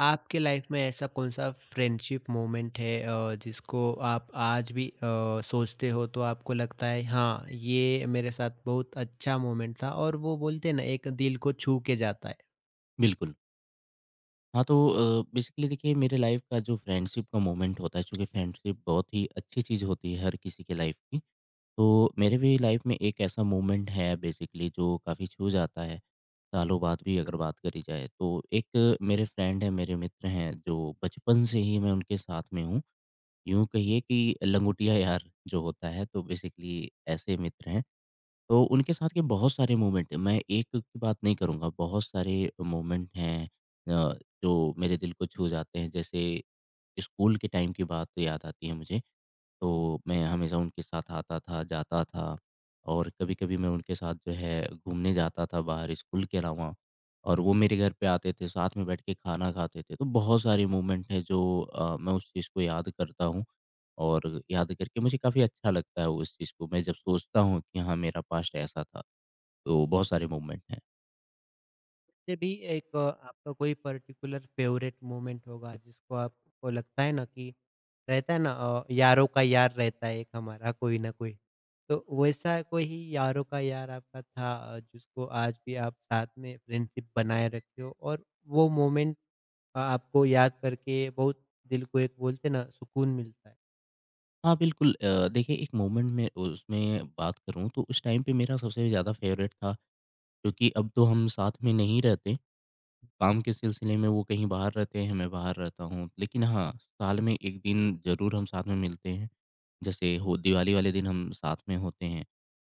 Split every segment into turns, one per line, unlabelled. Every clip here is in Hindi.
आपके लाइफ में ऐसा कौन-सा फ्रेंडशिप मोमेंट है जिसको आप आज भी सोचते हो तो आपको लगता है हाँ, ये मेरे साथ बहुत अच्छा मोमेंट था और वो बोलते हैं ना एक दिल को छू के जाता है।
बिल्कुल। हाँ, तो बेसिकली देखिए मेरे लाइफ़ का जो फ्रेंडशिप का मोमेंट होता है, चूँकि फ्रेंडशिप बहुत ही अच्छी चीज़ होती है हर किसी के लाइफ़ की, तो मेरे भी लाइफ़ में एक ऐसा मोमेंट है बेसिकली जो काफ़ी छू जाता है, सालों बाद भी अगर बात करी जाए। तो एक मेरे फ्रेंड हैं, मेरे मित्र हैं जो बचपन से ही मैं उनके साथ में हूँ। यूँ कहिए कि लंगोटिया यार जो होता है, तो बेसिकली ऐसे मित्र हैं। तो उनके साथ के बहुत सारे मोमेंट हैं, मैं एक की बात नहीं करूँगा, बहुत सारे मोमेंट हैं अ, जो मेरे दिल को छू जाते हैं। जैसे स्कूल के टाइम की बात याद आती है मुझे तो मैं हमेशा उनके साथ आता था, जाता था और कभी-कभी मैं उनके साथ जो है घूमने जाता था बाहर स्कूल के अलावा और वो मेरे घर पे आते थे, साथ में बैठ के खाना खाते थे। तो बहुत सारे मोमेंट हैं जो मैं उस चीज़ को याद करता हूँ और याद करके मुझे काफ़ी अच्छा लगता है उस चीज़ को। मैं जब सोचता हूँ कि हाँ, मेरा पास्ट ऐसा था, तो बहुत सारे मोमेंट हैं।
ऐसे भी एक आपका कोई पर्टिकुलर फेवरेट मोमेंट होगा जिसको आपको लगता है ना कि रहता है ना यारों का यार रहता है एक हमारा कोई ना कोई। तो वैसा कोई ही यारों का यार आपका था जिसको आज भी आप साथ में फ्रेंडशिप बनाए रखे हो और वो मोमेंट आपको याद करके बहुत दिल को एक बोलते ना सुकून मिलता है।
हाँ, बिल्कुल देखिए एक मोमेंट में उसमें बात करूँ तो उस टाइम पे मेरा सबसे ज़्यादा फ़ेवरेट था क्योंकि अब तो हम साथ में नहीं रहते। काम के सिलसिले में वो कहीं बाहर रहते हैं, मैं बाहर रहता हूँ। लेकिन हाँ, साल में 1 दिन ज़रूर हम साथ में मिलते हैं। जैसे हो दिवाली वाले दिन हम साथ में होते हैं।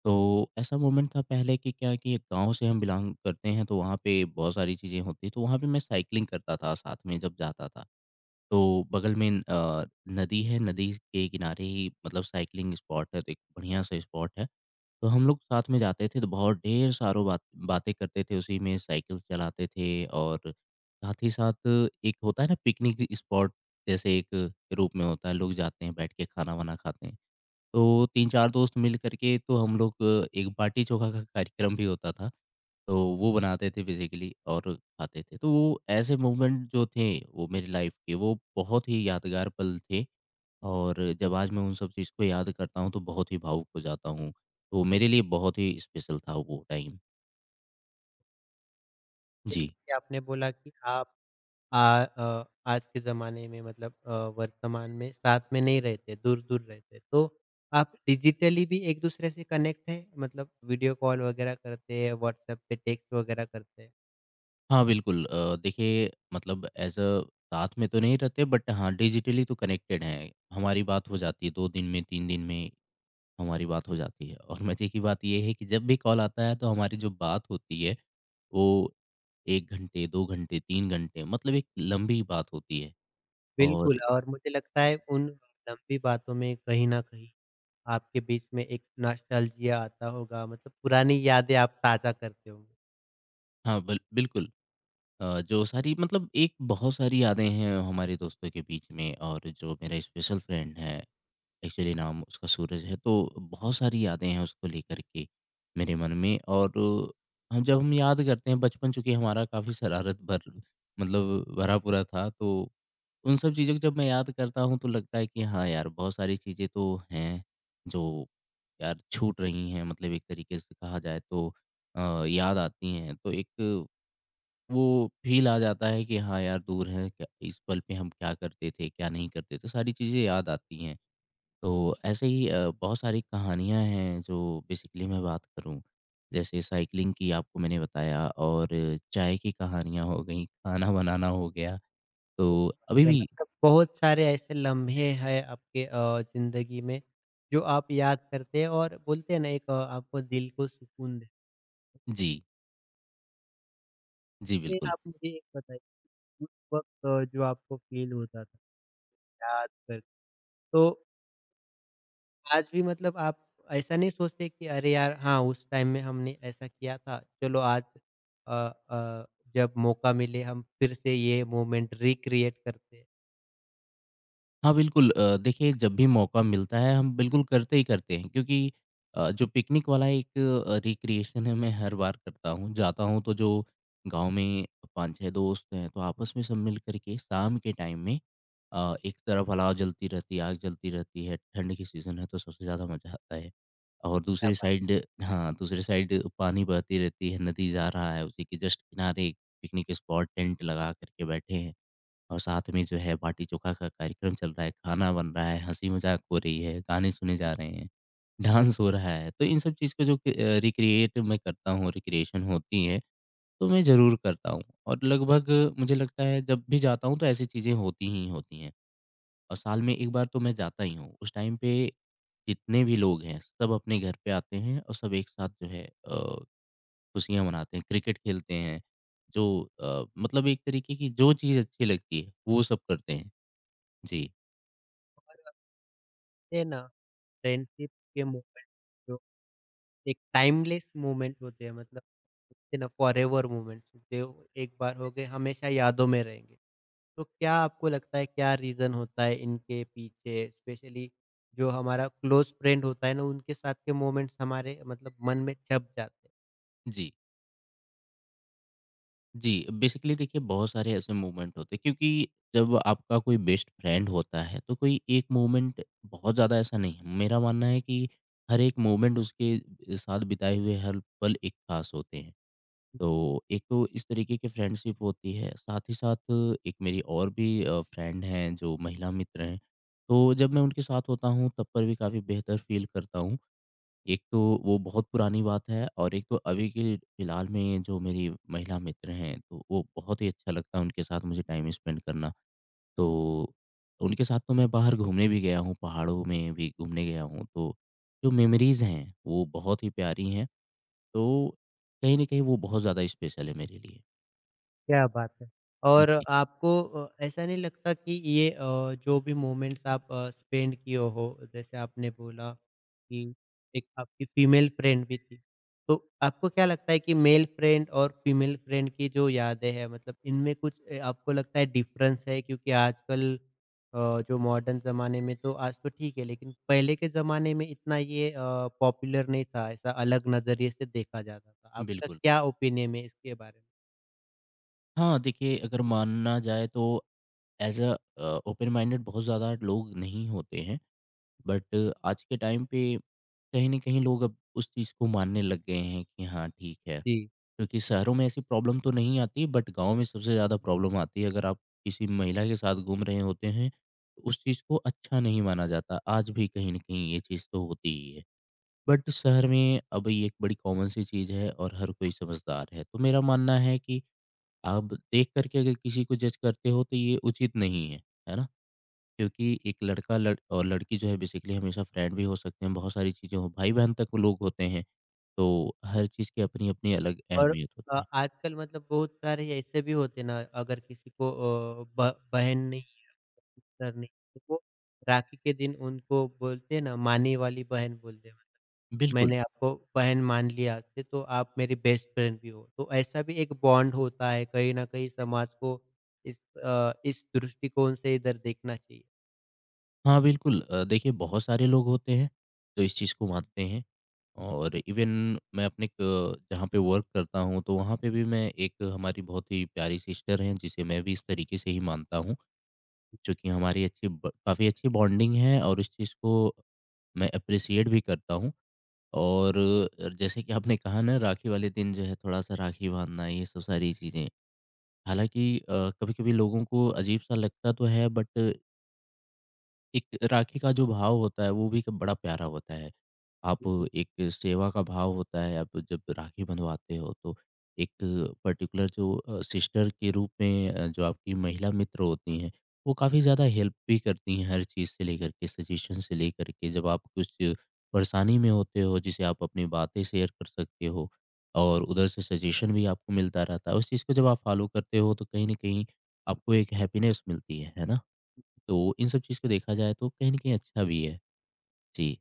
तो ऐसा मोमेंट था पहले कि क्या है कि गाँव से हम बिलॉन्ग करते हैं तो वहाँ पे बहुत सारी चीज़ें होती हैं। तो वहाँ पे मैं साइक्लिंग करता था साथ में जब जाता था। तो बगल में नदी है, नदी के किनारे ही मतलब साइक्लिंग स्पॉट है, तो एक बढ़िया-सा स्पॉट है। तो हम लोग साथ में जाते थे, तो बहुत ढेर सारों बातें करते थे उसी में, साइकिल्स चलाते थे और साथ ही साथ एक होता है ना पिकनिक स्पॉट जैसे एक रूप में होता है, लोग जाते हैं बैठ के खाना-वाना खाते हैं। तो 3-4 दोस्त मिल कर के तो हम लोग एक बाटी-चोखा का कार्यक्रम भी होता था, तो वो बनाते थे बेसिकली और खाते थे। तो वो ऐसे मूवमेंट जो थे वो मेरी लाइफ़ के वो बहुत ही यादगार पल थे। और जब आज मैं उन सब चीज़ को याद करता हूँ, तो बहुत ही भावुक हो जाता हूँ। तो मेरे लिए बहुत ही स्पेशल था वो टाइम। जी।
जैसे आपने बोला कि आप आज के ज़माने में मतलब वर्तमान में साथ में नहीं रहते, दूर-दूर रहते। तो आप डिजिटली भी एक दूसरे से कनेक्ट हैं? मतलब वीडियो कॉल वगैरह करते हैं, व्हाट्सऐप पे टेक्स्ट वगैरह करते हैं?
हाँ, बिल्कुल देखिए मतलब ऐज़ अ साथ में तो नहीं रहते बट हाँ, डिजिटली तो कनेक्टेड हैं। हमारी बात हो जाती है 2 दिन में, 3 दिन में हमारी बात हो जाती है और मज़े की बात ये है कि जब भी कॉल आता है, तो हमारी जो बात होती है, वो 1 घंटे, 2 घंटे, 3 घंटे मतलब एक लंबी बात होती है और
बिल्कुल।
इ
और मुझे लगता है उन लंबी बातों में कहीं न कहीं आपके बीच में एक नॉस्टैल्जिया आता होगा, मतलब पुरानी यादें आप ताज़ा करते होंगे।
हाँ, बिल्कुल। जो सारी मतलब एक बहुत सारी यादें हैं हमारे दोस्तों के बीच में और जो मेरा स्पेशल फ्रेंड है, एक्चुअली नाम उसका सूरज है, तो बहुत सारी यादें हैं उसको लेकर के मेरे मन में और हम जब हम याद करते हैं बचपन चूँकि हमारा काफ़ी शरारत भर मतलब भरा-पूरा था, तो उन सब चीज़ों को जब मैं याद करता हूँ, तो लगता है कि हाँ यार, बहुत सारी चीज़ें तो हैं, जो यार छूट रही हैं मतलब एक तरीके से कहा जाए तो याद आती हैं। तो एक वो फ़ील आ जाता है कि हाँ यार, दूर है क्या इस पल पे हम क्या करते थे, क्या नहीं करते थे, सारी चीज़ें याद आती हैं। तो ऐसे ही बहुत सारी कहानियाँ हैं जो बेसिकली मैं बात करूँ, जैसे साइकिलिंग की आपको मैंने बताया और चाय की कहानियाँ हो गईं, खाना बनाना हो गया, तो अभी
है,
भी
मतलब बहुत सारे ऐसे लम्हे हैं आपके ज़िंदगी में जो आप याद करते हैं और बोलते हैं ना एक आपको दिल को सुकून देते
जी, जी
हैं।
बिल्कुल।
आप मुझे एक बताइए उस वक़्त जो आपको फ़ील होता था याद कर तो आज भी मतलब आप ऐसा नहीं सोचते कि अरे यार हाँ, उस टाइम में हमने ऐसा किया था चलो आज अ अ, जब मौका मिले हम फिर से ये मोमेंट रिक्रिएट करते हैं।
हाँ, बिल्कुल देखिए जब भी मौका मिलता है हम बिल्कुल करते ही करते हैं क्योंकि जो पिकनिक वाला एक रिक्रिएशन है मैं हर बार करता हूँ। जाता हूँ तो जो गाँव में 5-6 दोस्त हैं तो आपस में सब मिल कर के शाम के टाइम में एक तरफ अलाव जलती रहती है, आग जलती रहती है, ठंड की सीज़न है तो सबसे ज़्यादा मज़ा आता है। और
क्या
दूसरी
बात
साइड हाँ, दूसरी साइड पानी बहती रहती है, नदी जा रहा है उसी के जस्ट किनारे एक पिकनिक स्पॉट टेंट लगा कर के बैठे हैं। और साथ में जो है बाटी-चोखा का कार्यक्रम चल रहा है, खाना बन रहा है, हँसी-मज़ाक हो रही है, गाने सुने जा रहे हैं, डांस हो रहा है। तो इन सब चीज़ को जो कि रिक्रिएट मैं करता हूँ, रिक्रिएशन होती है, तो मैं ज़रूर करता हूँ और लगभग मुझे लगता है जब भी जाता हूँ तो ऐसी चीज़ें होती ही होती हैं और साल में एक बार तो मैं जाता ही हूँ। उस टाइम पे जितने भी लोग हैं, सब अपने घर पे आते हैं और सब एक साथ जो है खुशियाँ मनाते हैं, क्रिकेट खेलते हैं, जो मतलब एक तरीके की जो चीज़ अच्छी लगती है, वो सब करते हैं। जी।
है ना फ्रेंडशिप के मोमेंट जो एक टाइमलेस मोमेंट होते हैं मतलब होते हैं ना फॉरएवर मोमेंट्स जो एक बार हो गए हमेशा यादों में रहेंगे। तो क्या आपको लगता है क्या रीज़न होता है इनके पीछे स्पेशली जो हमारा क्लोज़ फ्रेंड होता है ना उनके साथ के मोमेंट्स हमारे मतलब मन में छप जाते हैं?
जी, जी। बेसिकली देखिए बहुत सारे ऐसे मूवमेंट होते हैं क्योंकि जब आपका कोई बेस्ट फ्रेंड होता है तो कोई एक मूवमेंट बहुत ज़्यादा ऐसा नहीं है। मेरा मानना है कि हर एक मूवमेंट उसके साथ बिताए हुए हर पल एक ख़ास होते हैं। तो एक तो इस तरीके की फ्रेंडशिप होती है, साथ ही साथ एक मेरी और भी फ्रेंड हैं जो महिला मित्र हैं। तो जब मैं उनके साथ होता हूँ तब पर भी काफ़ी बेहतर फ़ील करता हूँ। एक तो वो बहुत पुरानी बात है और एक तो अभी के फिलहाल में जो मेरी महिला मित्र हैं, तो वो बहुत ही अच्छा लगता है उनके साथ मुझे टाइम स्पेंड करना। तो उनके साथ तो मैं बाहर घूमने भी गया हूँ, पहाड़ों में भी घूमने गया हूँ, तो जो मेमोरीज़ हैं, वो बहुत ही प्यारी हैं। तो कहीं न कहीं वो बहुत ज़्यादा स्पेशल है मेरे लिए।
क्या बात है! और
जी,
आपको ऐसा नहीं लगता कि ये जो भी मोमेंट्स आप स्पेंड किए हो, जैसे आपने बोला कि एक आपकी फीमेल फ्रेंड भी थी। तो आपको क्या लगता है कि मेल फ्रेंड और फीमेल फ्रेंड की जो यादें हैं मतलब इनमें कुछ आपको लगता है डिफरेंस है? क्योंकि आजकल जो मॉडर्न ज़माने में तो आज तो ठीक है, लेकिन पहले के ज़माने में इतना ये पॉपुलर नहीं था, ऐसा अलग नज़रिए से देखा जाता था। आपका
बिल्कुल।
क्या ओपिनियन है इसके बारे में?
हाँ, देखिए अगर माना जाए तो एज़ अ ओपन माइंडेड बहुत ज़्यादा लोग नहीं होते हैं। बट आज के टाइम पे कहीं न कहीं लोग अब उस चीज़ को मानने लग गए हैं कि हाँ, ठीक है।
जी।
क्योंकि शहरों में ऐसी प्रॉब्लम तो नहीं आती बट गाँव में सबसे ज़्यादा प्रॉब्लम आती है। अगर आप किसी महिला के साथ घूम रहे होते हैं, तो उस चीज़ को अच्छा नहीं माना जाता। आज भी कहीं न कहीं ये चीज़ तो होती ही है। बट शहर में अब ये एक बड़ी कॉमन सी चीज़ है और हर कोई समझदार है। तो मेरा मानना है कि आप देख कर के अगर किसी को जज करते हो तो ये उचित नहीं है। है ना? क्योंकि एक लड़का लड़ और लड़की जो है बेसिकली हमेशा फ्रेंड भी हो सकते हैं, बहुत सारी चीज़ें हो भाई-बहन तक लोग होते हैं, तो हर चीज़ की अपनी-अपनी अलग
और
अहमियत होती है।
आजकल मतलब बहुत सारे ऐसे भी होते ना अगर किसी को अ, ब बहन नहीं, सिस्टर नहीं, तो वो राखी के दिन उनको बोलते हैं ना मानी वाली बहन बोलते हैं।
बिल्कुल,
मैंने आपको बहन मान लिया आज से तो आप मेरी बेस्ट फ्रेंड भी हो। तो ऐसा भी एक बॉन्ड होता है कहीं न कहीं समाज को इस इस दृष्टिकोण से इधर देखना चाहिए।
हाँ बिल्कुल देखिए बहुत सारे लोग होते हैं, जो इस चीज़ को मानते हैं और इवन मैं अपने क जहाँ पे वर्क करता हूँ, तो वहाँ पे भी मैं एक हमारी बहुत ही प्यारी सिस्टर हैं, जिसे मैं भी इस तरीके से ही मानता हूँ, चूँकि हमारी अच्छी ब काफ़ी अच्छी बॉन्डिंग है और इस चीज़ को मैं एप्रिशिएट भी करता हूँ। और जैसे कि आपने कहा ना राखी वाले दिन जो है थोड़ा-सा राखी बाँधना ये सब सारी चीज़ें। हालाँकि कभी-कभी लोगों को अजीब-सा लगता तो है बट एक राखी का जो भाव होता है वो भी एक बड़ा प्यारा होता है। आप एक सेवा का भाव होता है, आप जब राखी बँधवाते हो तो एक पर्टिकुलर जो सिस्टर के रूप में जो आपकी महिला मित्र होती हैं, वो काफ़ी ज़्यादा हेल्प भी करती हैं हर चीज़ से लेकर के, सजेशन से लेकर के जब आप कुछ परेशानी में होते हो जिसे आप अपनी बातें शेयर कर सकते हो और उधर से सजेशन भी आपको मिलता रहता है। उस चीज़ को जब आप फ़ॉलो करते हो तो कहीं न कहीं आपको एक हैप्पीनेस मिलती है ना? तो इन सब चीज़ को देखा जाए तो कहीं न कहीं अच्छा भी है। जी।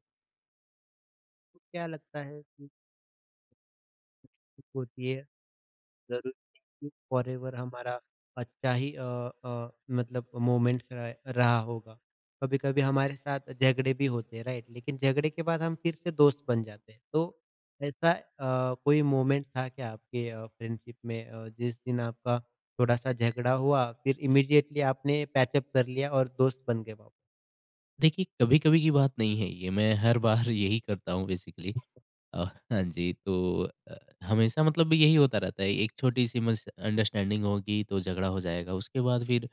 तो क्या लगता है कि ठीक होती है? ज़रूरी नहीं कि फॉरएवर हमारा अच्छा ही अ, मतलब मोमेंट रहा रहा होगा। कभी-कभी हमारे साथ झगड़े भी होते हैं, राइट? लेकिन झगड़े के बाद हम फिर से दोस्त बन जाते हैं। तो ऐसा कोई मोमेंट था क्या आपके फ्रेंडशिप में जिस दिन आपका थोड़ा-सा झगड़ा हुआ, फिर इमीडिएटली आपने पैचअप कर लिया और दोस्त बन गए वापस?
देखिए, कभी-कभी की बात नहीं है ये, मैं हर बार यही करता हूँ बेसिकली। अ, हाँ जी। तो हमेशा मतलब यही होता रहता है, एक छोटी-सी मिसअंडरस्टैंडिंग होगी तो झगड़ा हो जाएगा। उसके बाद फिर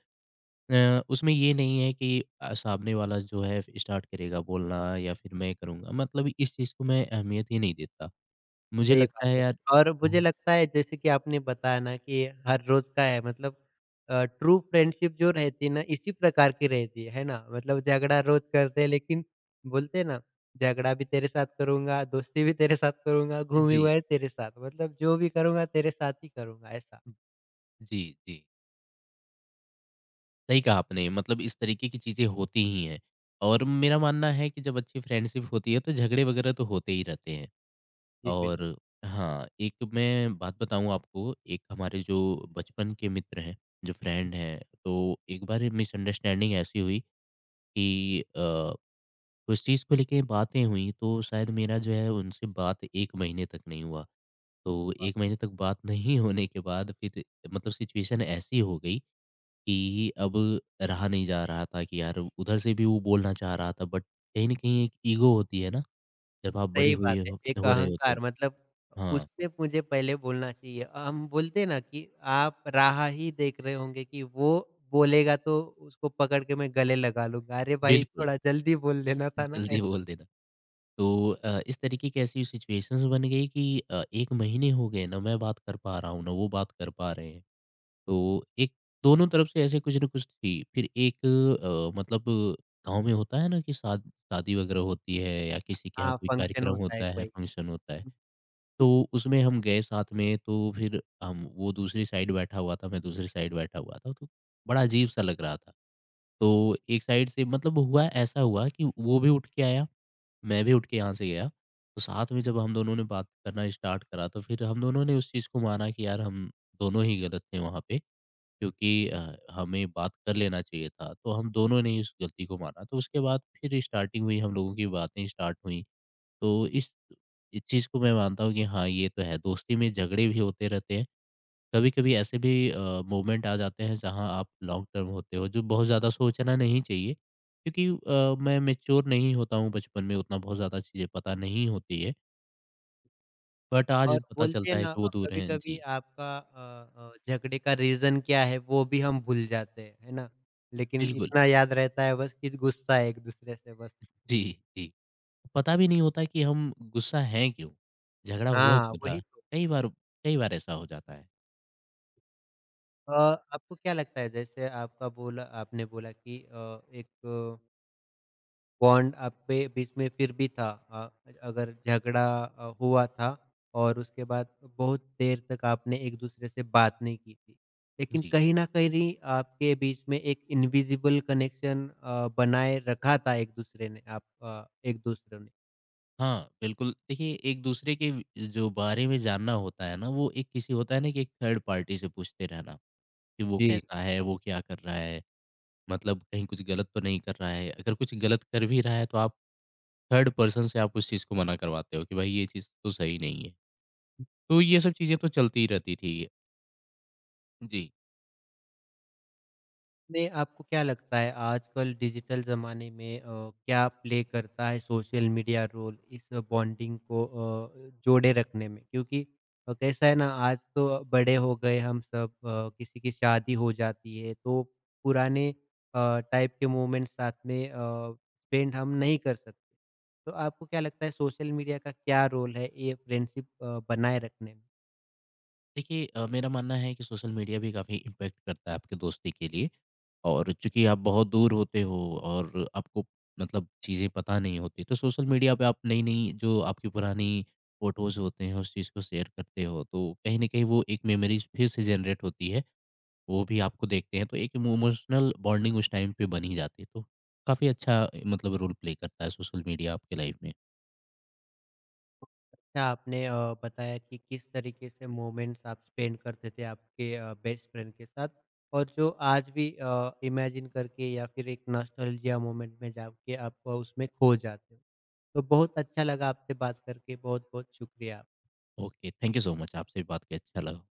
उसमें ये नहीं है कि सामने वाला जो है स्टार्ट करेगा बोलना या फिर मैं करूँगा, मतलब इस चीज़ को मैं अहमियत ही नहीं देता। मुझे
सही
लगता
बात
है
है।
यार।
और मुझे
हाँ,
लगता है जैसे कि आपने बताया ना कि हर रोज़ का है मतलब ट्रू फ्रेंडशिप जो रहती है ना इसी प्रकार की रहती है ना? मतलब झगड़ा रोज़ करते हैं लेकिन बोलते हैं ना झगड़ा भी तेरे साथ करूँगा, दोस्ती भी तेरे साथ करूँगा, घूमी
जी।
हुआ है तेरे साथ मतलब जो भी करूँगा तेरे साथ ही करूँगा ऐसा।
जी, जी। सही कहा आपने, मतलब इस तरीके की चीज़ें होती ही हैं। और मेरा मानना है कि जब अच्छी फ्रेंडशिप होती है, तो झगड़े वगैरह तो होते ही रहते हैं।
जी, बिल्कुल।
और हाँ, एक मैं बात बताऊँ आपको, एक हमारे जो बचपन के मित्र हैं, जो फ्रेंड हैं, तो एक बार मिसअंडरस्टैंडिंग ऐसी हुई कि उस चीज़ को लेके बातें हुई, तो शायद मेरा जो है उनसे बात 1 महीने तक नहीं हुआ। तो 1 महीने तक बात नहीं होने के बाद फिर मतलब सिचुएशन ऐसी हो गई कि अब रहा नहीं जा रहा था कि यार उधर से भी वो बोलना चाह रहा था बट कहीं न कहीं एक ईगो होती है ना, जब आप बड़े
सही बात
हुए
है,
हो
एक
हो रहे होते हो।
अहंकार मतलब
हाँ,
उससे मुझे पहले बोलना चाहिए। हम बोलते हैं ना कि आप राह ही देख रहे होंगे कि वो बोलेगा तो उसको पकड़ के मैं गले लगा लूँगा। अरे भाई
बिल्कुल,
थोड़ा जल्दी बोल देना था ना
जल्दी
ऐसा।
बोल देना। तो इस तरीके की ऐसी सिचुएशंस बन गई कि 1 महीने हो गए ना मैं बात कर पा रहा हूँ, ना वो बात कर पा रहे हैं। तो एक दोनों तरफ से ऐसे कुछ न कुछ थी। फिर एक मतलब गाँव में होता है ना कि शादी वगैरह होती है या किसी के यहाँ
हाँ,
कोई
फंक्शन
कार्यक्रम
होता है
होता है,
कोई।
फंक्शन होता है। तो उसमें हम गए साथ में, तो फिर हम वो दूसरी साइड बैठा हुआ था, मैं दूसरी साइड बैठा हुआ था, तो बड़ा अजीब-सा लग रहा था। तो एक साइड से मतलब हुआ ऐसा हुआ कि वो भी उठ के आया, मैं भी उठ के यहाँ से गया। तो साथ में जब हम दोनों ने बात करना स्टार्ट करा, तो फिर हम दोनों ने उस चीज़ को माना कि यार हम दोनों ही गलत थे वहाँ पे क्योंकि हमें बात कर लेना चाहिए था। तो हम दोनों ने ही उस गलती को माना। तो उसके बाद फिर स्टार्टिंग हुई, हम लोगों की बातें स्टार्ट हुई। तो इस चीज़ को मैं मानता हूँ कि हाँ, ये तो है। दोस्ती में झगड़े भी होते रहते हैं। कभी-कभी ऐसे भी मोमेंट आ जाते हैं जहाँ आप लॉन्ग टर्म होते हो, जो बहुत ज़्यादा सोचना नहीं चाहिए क्योंकि मैं मैच्योर नहीं होता हूँ बचपन में, उतना बहुत ज़्यादा चीज़ें पता नहीं होती है। बट आज
और
पता
बोलते
चलता
हैं
है
ना
कि वो दूर हैं।
कभी-कभी
जी,
आपका झगड़े का रीज़न क्या है वो भी हम भूल जाते हैं, है ना? लेकिन
बिल्कुल।
इतना याद रहता है बस कि गुस्सा है एक-दूसरे से बस।
जी, जी। पता भी नहीं होता कि हम गुस्सा हैं क्यों? झगड़ा हुआ
हाँ,
क्यों था?
वही तो।
कई बार कई बार ऐसा हो जाता है।
अ, आपको क्या लगता है जैसे आपका बोला आपने बोला कि एक बॉन्ड आप पे बीच में फिर भी था अगर झगड़ा हुआ था और उसके बाद बहुत देर तक आपने एक दूसरे से बात नहीं की थी। लेकिन
जी।
कहीं न कहीं आपके बीच में एक इनविजिबल कनेक्शन बनाए रखा था एक दूसरे ने आप एक-दूसरे ने।
हाँ, बिल्कुल। देखिए, एक-दूसरे के जो बारे में जानना होता है ना, वो एक किसी होता है ना कि एक थर्ड पार्टी से पूछते रहना कि वो
जी।
कैसा है, वो क्या कर रहा है, मतलब कहीं कुछ गलत तो नहीं कर रहा है। अगर कुछ गलत कर भी रहा है, तो आप थर्ड पर्सन से आप उस चीज़ को मना करवाते हो कि भाई ये चीज़ तो सही नहीं है। तो ये सब चीज़ें तो चलती ही रहती थी। जी।
में आपको क्या लगता है आजकल डिजिटल ज़माने में क्या प्ले करता है सोशल मीडिया रोल इस बॉन्डिंग को जोड़े रखने में? क्योंकि कैसा है ना आज तो बड़े हो गए हम सब किसी की शादी हो जाती है तो पुराने टाइप के मोमेंट साथ में स्पेंड हम नहीं कर सकते। तो आपको क्या लगता है सोशल मीडिया का क्या रोल है ये फ्रेंडशिप बनाए रखने में?
देखिए मेरा मानना है कि सोशल मीडिया भी काफ़ी इम्पैक्ट करता है आपकी दोस्ती के लिए। और चूँकि आप बहुत दूर होते हो और आपको मतलब चीज़ें पता नहीं होती, तो सोशल मीडिया पे आप नई-नई जो आपकी पुरानी फ़ोटोज़ होते हैं, उस चीज़ को शेयर करते हो, तो कहीं न कहीं वो एक मेमोरीज़ फिर से जनरेट होती है। वो भी आपको देखते हैं, तो एक इमोशनल बॉन्डिंग उस टाइम पे बन ही जाती है। तो काफ़ी अच्छा मतलब रोल प्ले करता है सोशल मीडिया आपके लाइफ़ में।
अच्छा आपने बताया कि किस तरीके से मोमेंट्स आप स्पेंड करते थे आपके बेस्ट फ्रेंड के साथ और जो आज भी इमेजिन करके या फिर एक नॉस्टैल्जिया मोमेंट में जाके आप उसमें खो जाते हो। तो बहुत अच्छा लगा आपसे बात करके, बहुत-बहुत शुक्रिया।
Okay, thank you so much. आपसे बात करके अच्छा लगा।